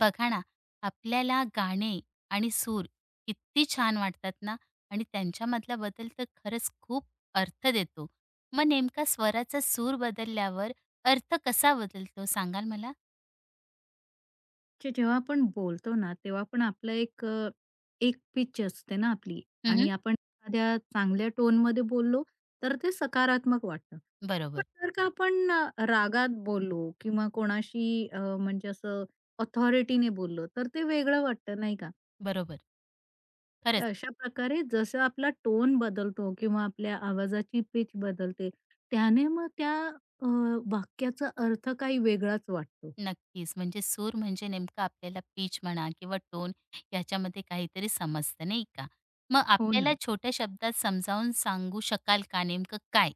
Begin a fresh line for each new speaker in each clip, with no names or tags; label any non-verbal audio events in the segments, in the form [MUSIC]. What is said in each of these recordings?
बघा ना, आपल्याला गाणे आणि सूर किती छान वाटतात ना आणि त्यांच्यामधला बदल तर खरंच खूप अर्थ देतो. मग नेमका स्वराचा सूर बदलल्यावर अर्थ कसा बदलतो सांगाल मला?
जेव्हा आपण बोलतो ना, तेव्हा पण आपलं एक एक पिच असते ना आपली
हं, हं.
आणि आपण एखाद्या चांगल्या टोनमध्ये बोललो, तर ते सकारात्मक वाटतं. पण
बरोबर,
जर का आपण रागात बोललो किंवा कोणाशी म्हणजे असं ऑथॉरिटीने बोललो, तर ते वेगळं वाटतं नाही का?
बरोबर.
तर
खरंच,
अशा प्रकारे जसं आपला टोन बदलतो किंवा आपल्या आवाजाची पिच बदलते, त्याने मग त्या अ, वाक्याचा अर्थ काही वेगळाच वाटतो.
नक्कीच. म्हणजे सूर म्हणजे नेमकं आपल्याला पीच म्हणा किंवा टोन याच्यामध्ये काहीतरी समजतं, नाही का? मग
हो ना.
आपल्याला छोट्या शब्दात समजावून सांगू शकाल का नेमकं काय?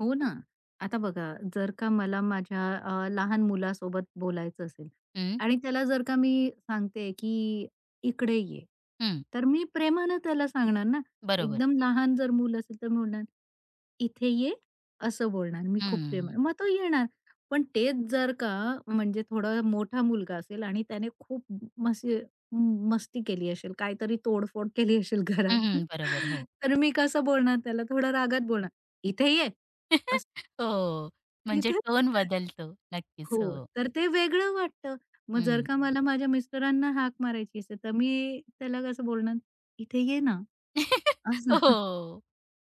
हो ना. आता बघा, जर का मला माझ्या लहान मुलासोबत बोलायचं असेल
हं,
आणि त्याला जर का मी सांगते, की "इकडे ये."
हं.
तर मी प्रेमानं त्याला सांगणार ना.
बरोबर.
एकदम लहान जर मूल असेल तर मी म्हणणार, "इथे ये." असं बोलणार मी खूप प्रेमानं. मग तो येणार. पण तेच जर का म्हणजे थोडा मोठा मुलगा असेल आणि त्याने खूप मसे मस्ती केली असेल, काहीतरी तोडफोड केली असेल
हं,
घरात,
हं.
[LAUGHS]
बरोबर. हो.
तर मी कसं बोलणार त्याला? थोडं रागात बोलणार, "इथे ये."
[LAUGHS] हो,
हे
म्हणजे
तर
टोन बदलतो. नक्कीच,
हो,
हो.
तर ते वेगळं वाटतं. मग जर
हं.
का मला माझ्या मिस्टरांना हाक मारायची असेल, तर मी त्याला कसं बोलणार, "इथे ये ना."
[LAUGHS] हो,
असं.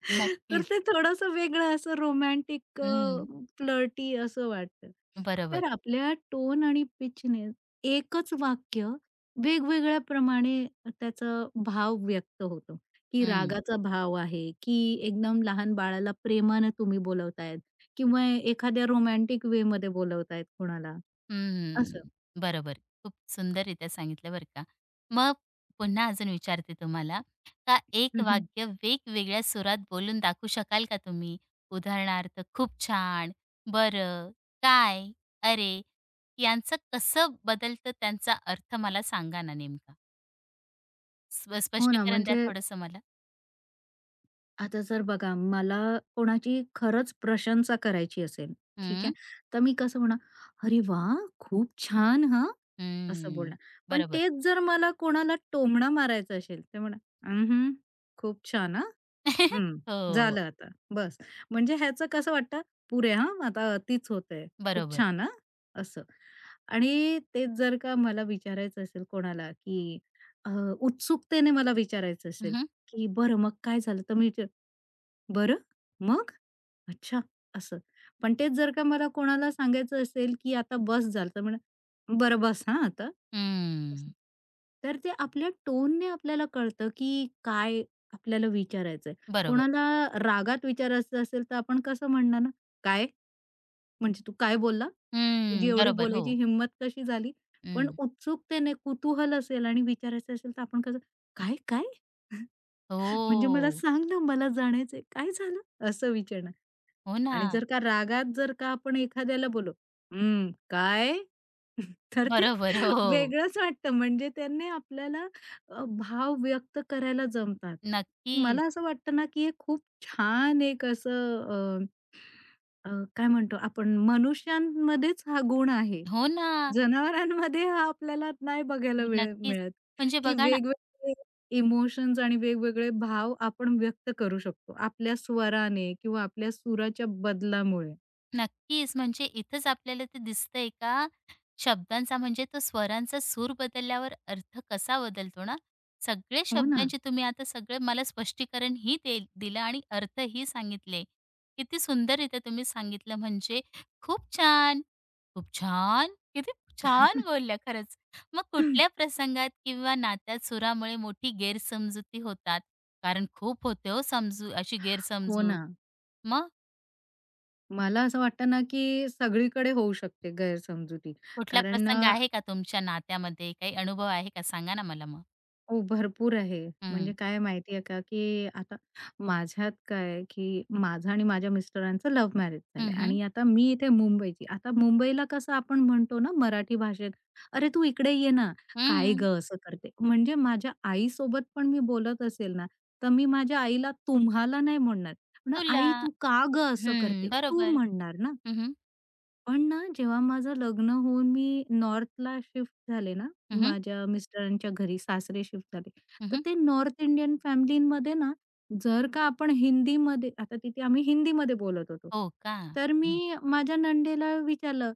[LAUGHS] तर ते
नक्कीच.
थोडंसं वेगळं असं रोमॅन्टिक
हं,
फ्लर्टी असं वाटतं.
बरोबर.
तर आपल्या टोन आणि पिचने एकच वाक्य वेगवेगळ्या प्रमाणे त्याचा भाव व्यक्त होतो, की
हं,
रागाचा भाव आहे, की एकदम लहान बाळाला प्रेमानं तुम्ही बोलवतायत किंवा एखाद्या रोमॅन्टिक वेमध्ये बोलवतायत कुणाला असं.
हं. बरोबर. खूप सुंदररीत्या सांगितलं बरं का. मग पुन्हा अजून विचारते तुम्हाला, का एक
हं,
वाक्य वेगवेगळ्या सुरात बोलून दाखवू शकाल का तुम्ही? उदाहरणार्थ, खूप छान, बरं, काय, अरे, यांचं कसं बदलतं त्यांचा अर्थ मला सांगा ना नेमका? स्प
हो ना,
स्पष्टीकरण द्या
म्हणजे
थोडंसं मला?
आता जर बघा, मला कोणाची खरंच प्रशंसा करायची असेल, ठीक
हं,
आहे. तर मी कसं म्हणणार, "अरे वाह! खूप छान हां!" असं
हं.
बोलणार. पण
बरोबर.
तेच जर मला कोणाला टोमणा मारायचं असेल, तर म्हणणार, "अं खूप छान हा,
[LAUGHS]
हं,
हो,
झालं आता बस. म्हणजे ह्याचं कसं वाटतं, पुरे हां, आता अतीच होतंय. खूप
बरोबर.
छान हां, असं. आणि तेच जर का मला विचारायचं असेल कोणाला, की अ, उत्सुकतेने मला विचारायचं
हं,
असेल,
हं.
की "बरं मग काय झालं?" तर मी विचार "बरं? मग?" अच्छा, असं. पण तेच जर का मला कोणाला सांगायचं असेल, की आता बस झालं, तर म्हणा "बरं बस हां आता." असं. तर ते आपल्या टोनने आपल्याला कळतं, की काय आपल्याला विचारायचंय.
बरोबर.
कोणाला रागात विचारायचं असेल, तर आपण कसं म्हणणार ना, "काय? म्हणजे तू काय बोलला? तुझी
हं,
एवढी
बरोबर.
बोलायची
हो.
हिंमत कशी झाली?" पण
हं.
उत्सुकतेने कुतूहल असेल आणि विचारायचं असेल, तर आपण कसं "काय? काय?" [LAUGHS] म्हणजे "मला
हो.
सांग ना, मला जाणायचंय. काय झालं?" असं विचारणार.
हो ना.
आणि जर का रागात जर का आपण एखाद्याला बोललो, "हं, काय?" [LAUGHS] तर ते
बरोबर. हो, हो.
वेगळंच वाटतं. म्हणजे त्यांनी आपल्याला भाव व्यक्त करायला जमतात.
नक्कीच.
मला असं वाटतं ना, की हे खूप छान एक असं अ, अ, काय म्हणतो आपण मनुष्यांमध्येच हा गुण आहे.
हो ना.
जनावरांमध्ये हा आपल्याला नाही बघायला वेळ
नक्कीच.
मिळत,
म्हणजे
की
बघा ना
वेगवेगळे इमोशन्स आणि वेगवेगळे भाव आपण व्यक्त करू शकतो आपल्या स्वराने किंवा आपल्या सुराच्या बदलामुळे.
नक्कीच. म्हणजे इथेच आपल्याला ते दिसतंय का शब्दांचा म्हणजे तो स्वरांचा सूर बदलल्यावर अर्थ कसा बदलतो ना. सगळे
हो ना.
शब्दांचे तुम्ही आता सगळे मला स्पष्टीकरणही दिलं आणि अर्थही सांगितले. किती सुंदररीत्या तुम्ही सांगितलं म्हणजे खूप छान. खूप छान. किती छान बोलल्या खरंच. मग कुठल्या
[LAUGHS]
प्रसंगात किंवा नात्यात सुरामुळे मोठी गैरसमजुती होतात? कारण खूप होते हो समजू अशी
हो
गैरसमजूत.
ना.
मग
मला असं वाटतं ना, की सगळीकडे होऊ शकते गैरसमजुती.
कुठला
कारण
प्रसंग आहे का तुमच्या नात्यामध्ये? काही अनुभव आहे का? सांगा ना मला मग?
हो भरपूर आहे. म्हणजे
हं.
काय माहिती आहे का, की आता माझ्यात काय आहे, की माझं आणि माझ्या मिस्टरांचं लव्ह मॅरेज
हं,
झालंय
हं.
आणि आता मी इथे मुंबईची. आता मुंबईला कसं आपण म्हणतो ना मराठी भाषेत, "अरे तू इकडे ये ना, काय
हं.
गं असं करते?" म्हणजे माझ्या आईसोबत पण मी बोलत असेल ना, तर मी माझ्या आईला तुम्हाला नाही म्हणणार. म्हणणार,
तुला.
"आई तू का गं असं करते?"
हं,
तू
बरोबर.
म्हणणार ना.
हं, हं.
पण ना, जेव्हा माझं लग्न होऊन मी नॉर्थला शिफ्ट झाले ना,
हं, हं.
माझ्या मिस्टरांच्या घरी सासरे शिफ्ट झाले.
हं,
तर
हं.
ते नॉर्थ इंडियन फॅमिलीमध्ये ना, जर का आपण हिंदीमध्ये आता तिथे आम्ही हिंदीमध्ये बोलत होतो.
हो का?
तर
हं.
मी माझ्या नंडेला विचारलं,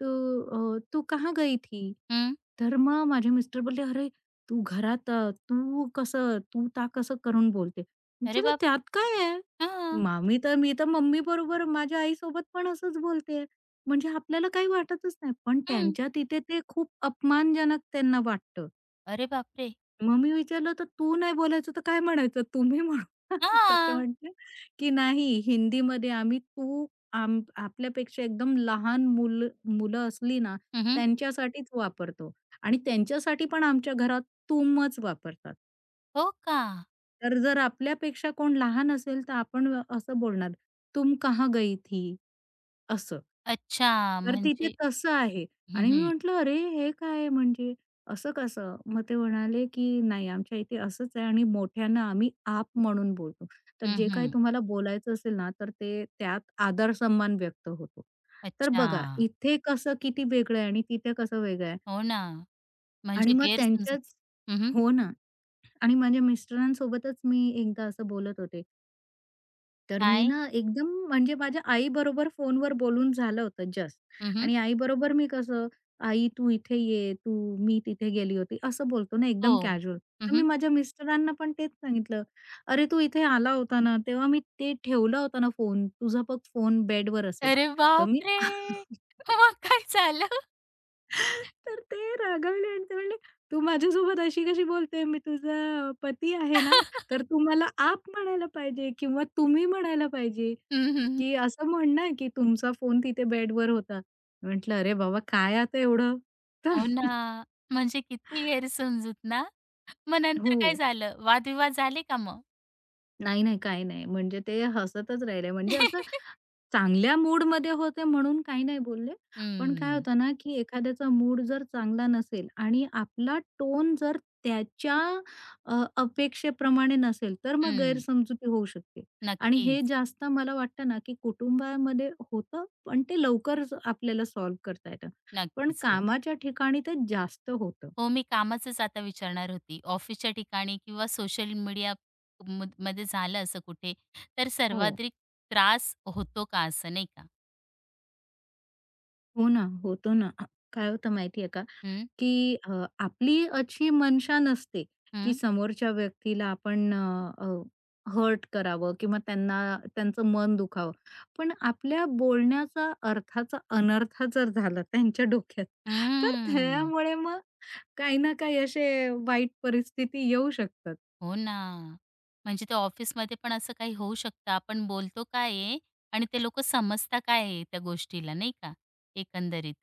"तू तू कहाँ गई थी?"
हं.
तर मग माझे मिस्टर बोलले, "अरे, तू घरात तू कसं तू ता कसं करून बोलते?"
अरे
म्हटलं,
बापरे!
"त्यात काय आहे?
हां.
तर मी तर मम्मीबरोबर माझ्या आईसोबत पण असंच बोलते." म्हणजे आपल्याला काही वाटतच नाही. पण
हं.
त्यांच्या तिथे ते खूप अपमानजनक त्यांना वाटतं.
अरे बापरे!
मग मी विचारलं, "तर तू नाही बोलायचं तर काय म्हणायचं? तुम्ही म्हणू." [LAUGHS] तर ते
हां.
म्हटले, की "नाही, हिंदीमध्ये आम्ही तू आम आपल्यापेक्षा एकदम लहान मुलं असली ना,
हं,
त्यांच्यासाठीच वापरतो आणि त्यांच्यासाठी पण आमच्या घरात तुमच वापरतात.
हो का?
तर जर आपल्यापेक्षा कोण लहान असेल तर आपण असं बोलणार, 'तुम कहाँ गई थी?' असं.
अच्छा
तर तिथे
म्हणजे
तसं आहे
हं,
आणि मी
हं.
म्हटलं, "अरे, हे काय आहे म्हणजे असं कसं?" मग ते म्हणाले, की "नाही, आमच्या इथे असंच आहे आणि मोठ्यांना आम्ही आप म्हणून बोलतो. तर
हं,
जे काही
हं.
तुम्हाला बोलायचं असेल ना, तर ते त्यात आदर सन्मान व्यक्त होतो." तर
अच्छा.
बघा, इथे कसं किती वेगळं आहे आणि तिथे कसं वेगळं आहे
हो ना. म्हणजे
आणि मग
गैरसमजूत.
त्यांच्याच
हं, हं.
हो ना. आणि माझ्या मिस्टरांसोबतच मी एकदा असं बोलत होते, तर मी
काय?
ना एकदम म्हणजे माझ्या आईबरोबर फोनवर बोलून झालं होतं जस्ट
हं, हं.
आणि आई बरोबर मी कसं, "आई तू इथे ये, तू मी तिथे गेली होती." असं बोलतो ना
हो.
एकदम कॅज्युअल. तर मी
हं,
माझ्या मिस्टरांना पण तेच सांगितलं, "अरे तू इथे आला होता ना, तेव्हा मी ते ठेवला होता ना फोन, तुझा बघ फोन बेडवर असेल."
अरे
तर मी
बापरे! मग काय झालं?
तर ते रागावले आणि ते म्हणले, "तू माझ्यासोबत अशी कशी बोलते? मी तुझा पती आहे ना,
[LAUGHS]
तर तू मला आप म्हणायला पाहिजे किंवा तुम्ही म्हणायला पाहिजे,
हं,
की असं म्हण ना, की तुमचा फोन तिथे बेडवर होता." म्हटलं, "अरे बाबा, काय आता एवढं?"
हो
[LAUGHS]
ना. म्हणजे किती गैरसमजूत ना? मग
तर
नंतर काय
हो.
झालं? वादविवाद झाले का मग?
नाही, नाही, काही नाही. म्हणजे ते हसतच राहिले. म्हणजे असं
[LAUGHS]
चांगल्या मूडमध्ये होते म्हणून काही नाही बोलले. पण काय
हं,
होतं ना, की एखाद्याचा मूड जर चांगला नसेल आणि आपला टोन जर त्याच्या अपेक्षेप्रमाणे नसेल, तर मग
हं.
गैरसमजुती होऊ शकते. आणि हे
नक्कीच,
जास्त मला वाटतं ना, की कुटुंबामध्ये होतं, पण ते लवकर आपल्याला सॉल्व्ह करता येतं. पण
नक्कीच. हो.
कामाच्या ठिकाणी ते जास्त होतं.
हो, मी कामाचंच आता विचारणार होती. ऑफिसच्या ठिकाणी किंवा सोशल मीडिया मध्ये झालं असं कुठे, तर
हो.
सर्वाधिक त्रास होतो का असं नाही का?
हो ना, होतो ना. काय होतं माहिती का?
हं,
की आपली अशी मनशा नसते, की
हं,
समोरच्या व्यक्तीला आपण हर्ट करावं किंवा त्यांना त्यांचं मन दुखावं. पण आपल्या बोलण्याचा अर्थाचा अनर्थ जर झाला त्यांच्या डोक्यात, तर
हं.
त्यामुळे मग काही ना काही असे वाईट परिस्थिती येऊ शकतात.
हो ना. म्हणजे ते ऑफिसमध्ये पण असं काही होऊ शकतं. आपण बोलतो काय आहे आणि ते लोकं समजता काय आहे त्या गोष्टीला, नाही का? एकंदरीत.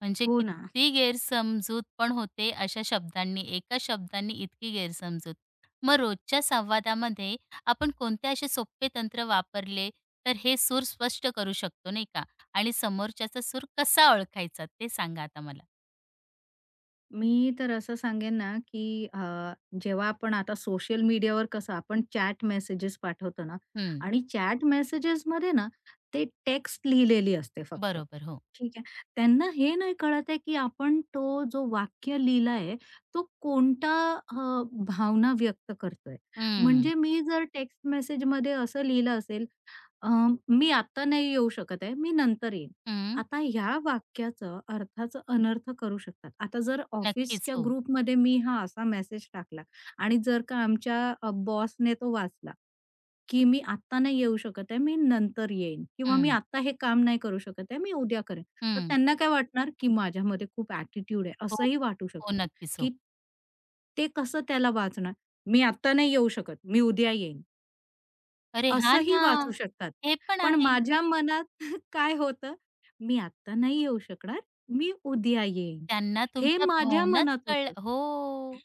म्हणजे
हो ना.
किती गैरसमजूत पण होते अशा शब्दांनी, एका शब्दांनी इतकी गैरसमजूत. मग रोजच्या संवादामध्ये आपण कोणते असे सोपे तंत्र वापरले, तर हे सूर स्पष्ट करू शकतो, नाही का? आणि समोरच्याचा सूर कसा ओळखायचा ते सांगा आता मला?
मी तर असं सांगेन ना, की जेव्हा आपण आता सोशल मीडियावर कसं आपण चॅट मेसेजेस पाठवतो ना
हं.
आणि चॅट मेसेजेसमध्ये ना, ते टेक्स्ट लिहिलेली असते फक्त.
बरोबर. हो.
ठीक आहे. त्यांना हे नाही कळत आहे, की आपण तो जो वाक्य लिहिला आहे, तो कोणता अ, भावना व्यक्त करतोय.
हं.
म्हणजे मी जर टेक्स्ट मेसेजमध्ये असं लिहिलं असेल, अ, "मी आता नाही येऊ शकत आहे, मी नंतर येईन."
हं.
आता ह्या वाक्याचं अर्थाचं अनर्थ करू शकतात. आता जर
नक्कीच.
ऑफिसच्या
हो.
ग्रुपमध्ये मी हा असा मेसेज टाकला आणि जर का आमच्या बॉसने तो वाचला, की मी आत्ता नाही येऊ शकत आहे, मी नंतर येईन किंवा मी
हं.
आत्ता हे काम नाही करू शकत आहे, मी उद्या करेन. तर
हं.
त्यांना काय वाटणार की माझ्यामध्ये खूप ॲटिट्यूड आहे
हो,
असंही वाटू
हो.
शकतं,
नक्कीच हो.
की ते कसं त्याला वाचणार? मी आत्ता नाही येऊ शकत, मी उद्या येईन
अरे हां
असंही
ना.
वाचू शकतात.
हे पण
पण
आहे.
माझ्या मनात [LAUGHS] काय होतं, मी आत्ता नाही येऊ शकणार, मी उद्या येईन.
त्यांना
हे
तुमच्या
माझ्या
भावनाच
मनात होतं.
कळल्या हो.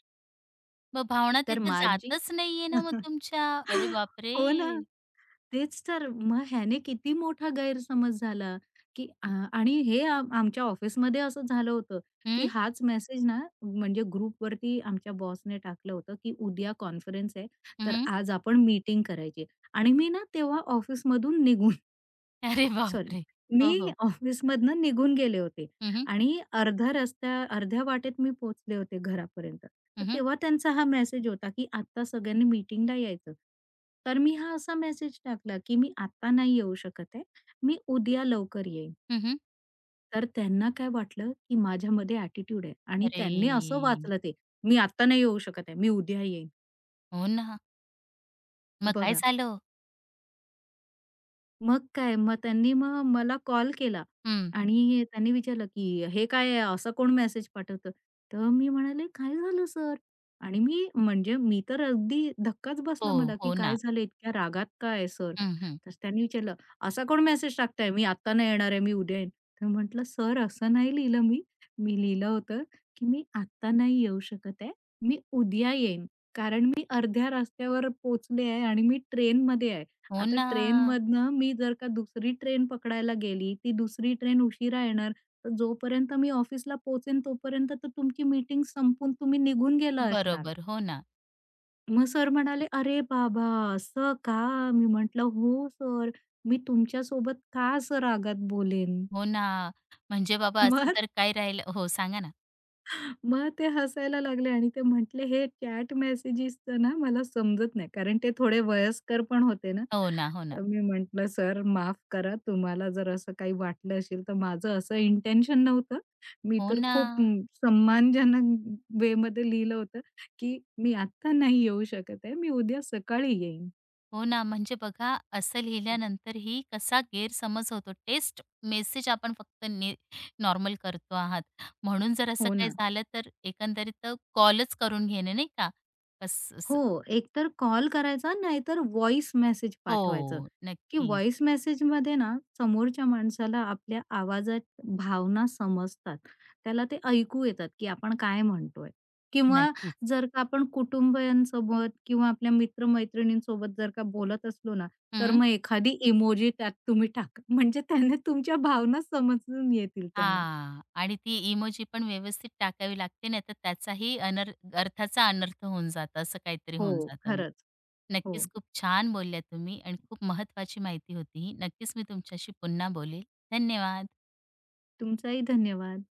मग भावना
तर
तिथे
माझी
जातच नाहीये ना मग
[LAUGHS]
तुमच्या. अरे बापरे!
हो ना. तेच तर. मग ह्याने किती मोठा गैरसमज झाला, की आणि हे आमच्या ऑफिसमध्ये असं झालं होतं, की
हं,
हाच मेसेज ना म्हणजे ग्रुपवरती आमच्या बॉसने टाकलं होतं, की उद्या कॉन्फरन्स आहे, तर
हं.
आज आपण मीटिंग करायची आणि मी ना तेव्हा ऑफिसमधून निघून
अरे
सॉरी.
बापरे! हो,
मी
हो.
ऑफिसमधनं निघून गेले होते
हं, हं.
आणि अर्धा रस्त्या अर्ध्या वाटेत मी पोहोचले होते घरापर्यंत. तर
हं, हं.
तेव्हा त्यांचा हा मेसेज होता, की "आत्ता सगळ्यांनी मीटिंगला यायचं." तर मी हा असा मेसेज टाकला, की "मी आत्ता नाही येऊ शकत आहे. मी उद्या लवकर येईन."
हं, हं.
तर त्यांना काय वाटलं, की माझ्यामध्ये ॲटिट्यूड आहे आणि
अरे!
त्यांनी असं वाचलं ते. "मी आत्ता नाही येऊ शकत आहे. मी उद्या येईन."
हो ना. मग काय
बघा.
झालं?
मग काय, त्यांनी मग मला कॉल केला
हं.
आणि त्यांनी विचारलं, की "हे काय आहे? असा कोण मेसेज पाठवतं?" तर मी म्हणाले, "काय झालं सर?" आणि मी म्हणजे मी तर अगदी धक्काच
हो,
बसला मला, की
हो ना.
"काय झालं? इतक्या रागात का आहे सर?"
हं, हं.
तर त्यांनी विचारलं, "असा कोण मेसेज टाकताय? मी आत्ता नाही येणार आहे, मी उद्या येईन." तर म्हटलं, "सर असं नाही लिहिलं मी. मी लिहिलं होतं, की मी आत्ता नाही येऊ शकत आहे. मी उद्या येईन. कारण मी अर्ध्या रस्त्यावर पोहोचले आहे आणि मी ट्रेनमध्ये आहे."
हो
आता
ना.
ट्रेनमधनं मी जर का दुसरी ट्रेन पकडायला गेली, ती दुसरी ट्रेन उशिरा येणार, तर जोपर्यंत मी ऑफिसला पोहोचेन तोपर्यंत तर तुमची मीटिंग संपून तुम्ही निघून गेला असणार.
बरोबर. हो ना.
मग सर म्हणाले, "अरे बाबा! असं का?" मी म्हटलं, "हो सर, मी तुमच्यासोबत का असं रागात बोलेन?"
हो ना. म्हणजे बाबा
[LAUGHS]
असं
मग
जर काही राहिलं हो, सांगा ना.
मग ते हसायला लागले आणि ते म्हटले, "हे चॅट मेसेजेसचं ना मला समजत नाही." कारण ते थोडे वयस्कर पण होते ना.
हो ना, हो ना.
तर मी म्हटलं, "सर माफ करा, तुम्हाला जर असं काही वाटलं असेल, तर माझं असं इंटेन्शन नव्हतं. मी
हो
तर
ना.
खूप सम्मानजनक वेमध्ये लिहिलं होतं, की मी आत्ता नाही येऊ शकत आहे. मी उद्या सकाळी येईन."
हो ना, म्हणजे बघा असं लिहिल्यानंतरही कसा गैरसमज होतो. टेस्ट मेसेज आपण फक्त नॉर्मल करतो आहात. म्हणून जर असं
हो
काही
ना.
झालं तर एकंदरीत कॉलच करून घेणे नाही का? असं असं
हो, एकतर कॉल करायचा नाहीतर व्हॉइस मेसेज पाठवायचं,
हो,
की
नक्कीच,
व्हॉइस मेसेजमध्ये ना समोरच्या माणसाला आपल्या आवाजात भावना समजतात. त्याला ते ऐकू येतात, की आपण काय म्हणतोय किंवा
नक्कीच.
जर का आपण कुटुंबियांसोबत किंवा आपल्या मित्र-मैत्रिणींसोबत जर का बोलत असलो ना, तर
हं.
मग एखादी इमोजी त्यात तुम्ही टाका. म्हणजे त्याने तुमच्या भावना समजून येतील त्यांना.
हां. आणि ती इमोजी पण व्यवस्थित टाकावी लागते नाहीतर त्याचाही अर्थाचा अनर्थ होऊन जातो. असं काहीतरी
हो,
होऊन जातं मग.
खरंच.
नक्कीच
हो.
खूप छान बोलल्या तुम्ही आणि खूप महत्त्वाची माहिती होती ही. नक्कीच मी तुमच्याशी पुन्हा बोलेल. धन्यवाद.
तुमचाही धन्यवाद.